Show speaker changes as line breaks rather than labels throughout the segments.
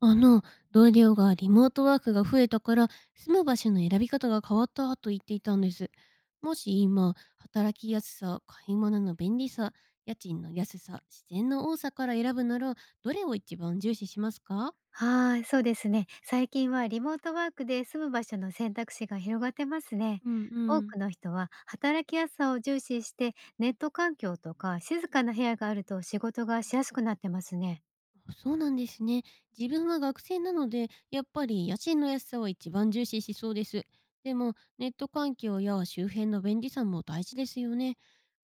あの、同僚がリモートワークが増えたから、住む場所の選び方が変わったと言っていたんです。もし今、働きやすさ、買い物の便利さ、家賃の安さ、自然の多さから選ぶなら、どれを一番重視しますか？
はい、そうですね。最近はリモートワークで住む場所の選択肢が広がってますね。
うんう
多
ん。
くの人は働きやすさを重視して、ネット環境とか静かな部屋があると仕事がしやすくなってますね。
あ、そうなんですね。自分は学生なので、やっぱり家賃の安さを一番重視しそうです。でも、ネット環境や周辺の便利さも大事ですよね。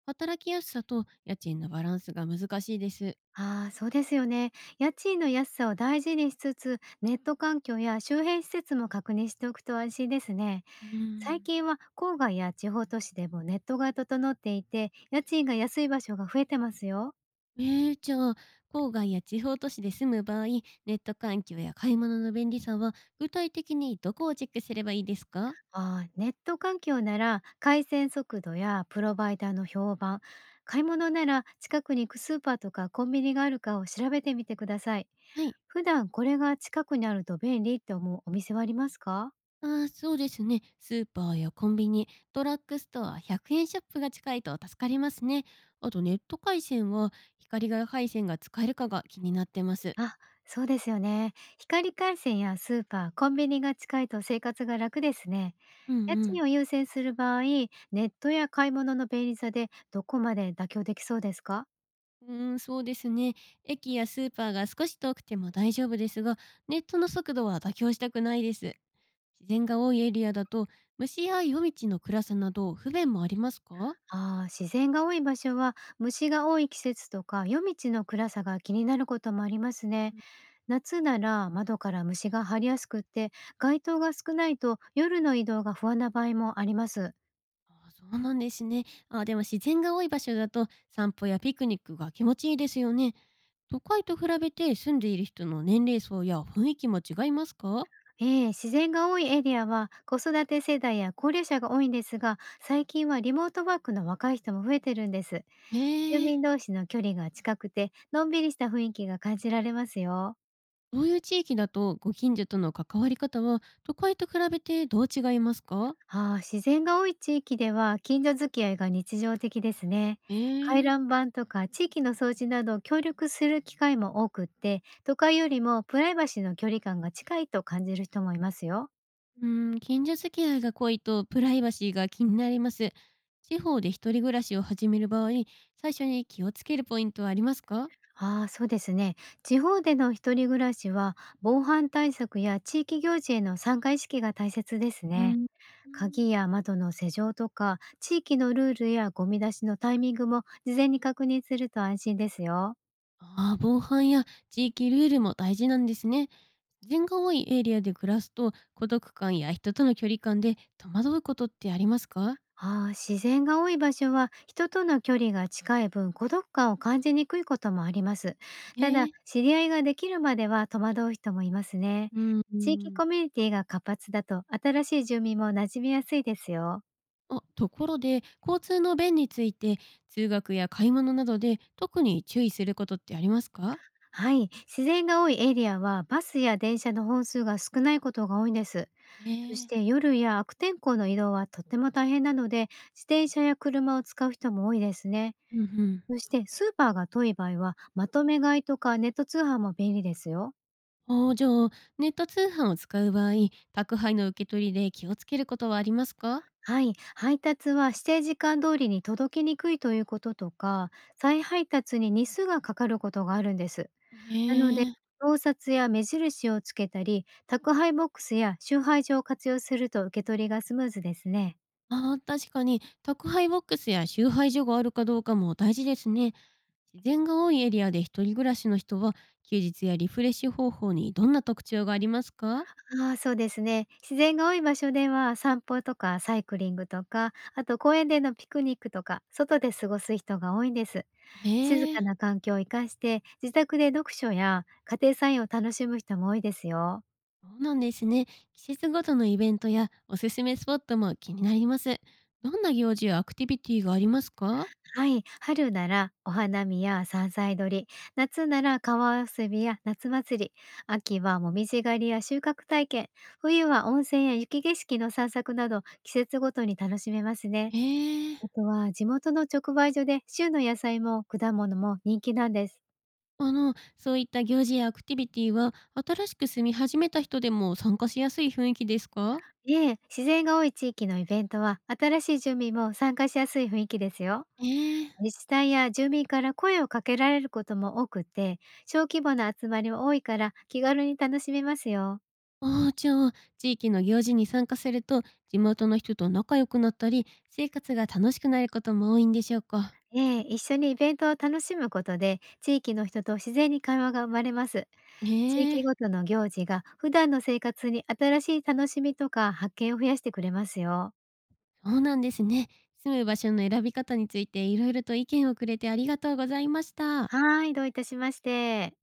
働きやすさと家賃のバランスが難しいです。
ああ、そうですよね。家賃の安さを大事にしつつ、ネット環境や周辺施設も確認しておくと安心ですね。
うー
最
ん。
近は郊外や地方都市でもネットが整っていて、家賃が安い場所が増えてますよ。
ええ、じゃあ、郊外や地方都市で住む場合、ネット環境や買い物の便利さは、具体的にどこをチェックすればいいですか？
ああ、ネット環境なら回線速度やプロバイダーの評判、買い物なら近くに行くスーパーとかコンビニがあるかを調べてみてください。
はい。
普段これが近くにあると便利って思うお店はありますか？
ああ、そうですね。スーパーやコンビニ、ドラッグストア、100円ショップが近いと助かりますね。あとネット回線は、光が回線が使えるかが気になってます。
あ、そうですよね。光回線やスーパー、コンビニが近いと生活が楽ですね。
うん
家
うん。
賃を優先する場合、ネットや買い物の便利さでどこまで妥協できそうですか？
うーん、そうですね。駅やスーパーが少し遠くても大丈夫ですが、ネットの速度は妥協したくないです。自然が多いエリアだと、虫や夜道の暗さなど不便もありますか？
ああ、自然が多い場所は虫が多い季節とか夜道の暗さが気になることもありますね。夏なら窓から虫が張りやすくって、街灯が少ないと夜の移動が不安な場合もあります。
ああ、そうなんですね。あ、でも自然が多い場所だと散歩やピクニックが気持ちいいですよね。都会と比べて住んでいる人の年齢層や雰囲気も違いますか？
ええ、自然が多いエリアは子育て世代や高齢者が多いんですが、最近はリモートワークの若い人も増えてるんです。
へ
住
え。
民同士の距離が近くて、のんびりした雰囲気が感じられますよ。
どういう地域だとご近所との関わり方は都会と比べてどう違いますか？
ああ、自然が多い地域では近所付き合いが日常的ですね。
え
回覧
え。
板とか地域の掃除など協力する機会も多くって、都会よりもプライバシーの距離感が近いと感じる人もいますよ。
うーん、近所付き合いが濃いとプライバシーが気になります。地方で一人暮らしを始める場合、最初に気をつけるポイントはありますか？
ああ、そうですね。地方での一人暮らしは、防犯対策や地域行事への参加意識が大切です
うー
ね。
ん、ん。
鍵や窓の施錠とか地域のルールやゴミ出しのタイミングも事前に確認すると安心ですよ。
ああ、防犯や地域ルールも大事なんですね。人が多いエリアで暮らすと、孤独感や人との距離感で戸惑うことってありますか？
ああ、自然が多い場所は人との距離が近い分、孤独感を感じにくいこともあります。ただ、
ええ。
知り合いができるまでは戸惑う人もいますね。
うんう
地域
ん。
コミュニティが活発だと、新しい住民も馴染みやすいですよ。
あ、ところで、交通の便について、通学や買い物などで特に注意することってありますか？
はい、自然が多いエリアはバスや電車の本数が少ないことが多いんです。
え
そし
え。
て夜や悪天候の移動はとっても大変なので、自転車や車を使う人も多いですね。
うんうん。
そしてスーパーが遠い場合は、まとめ買いとかネット通販も便利ですよ。
ああ、じゃあ、ネット通販を使う場合、宅配の受け取りで気をつけることはありますか？
はい、配達は指定時間通りに届きにくいということとか、再配達に日数がかかることがあるんです。
へ
なので、
え。
盗撮や目印をつけたり、宅配ボックスや集配所を活用すると受け取りがスムーズですね。
ああ、確かに、宅配ボックスや集配所があるかどうかも大事ですね。自然が多いエリアで一人暮らしの人は、休日やリフレッシュ方法にどんな特徴がありますか？
ああ、そうですね。自然が多い場所では散歩とかサイクリングとか、あと公園でのピクニックとか外で過ごす人が多いんです。
へ
静
え、
かな環境を生かして、自宅で読書や家庭菜園を楽しむ人も多いですよ。
そうなんですね。季節ごとのイベントやおすすめスポットも気になります。どんな行事やアクティビティがありますか？
はい、春ならお花見や山菜採り、夏なら川遊びや夏祭り、秋はもみじ狩りや収穫体験、冬は温泉や雪景色の散策など季節ごとに楽しめます
へ
ね。
え。
あとは地元の直売所で旬の野菜も果物も人気なんです。
そういった行事やアクティビティは、新しく住み始めた人でも参加しやすい雰囲気ですか？
ええ、自然が多い地域のイベントは新しい住民も参加しやすい雰囲気ですよ。
ええ。
自治体や住民から声をかけられることも多くて、小規模な集まりも多いから気軽に楽しめますよ。
ああ、じゃあ、地域の行事に参加すると、地元の人と仲良くなったり、生活が楽しくなることも多いんでしょうか？
ええ、一緒にイベントを楽しむことで、地域の人と自然に会話が生まれます。
え
地域
え。
ごとの行事が普段の生活に新しい楽しみとか発見を増やしてくれますよ。
そうなんですね。住む場所の選び方についていろいろと意見をくれてありがとうございました。
はい、どういたしまして。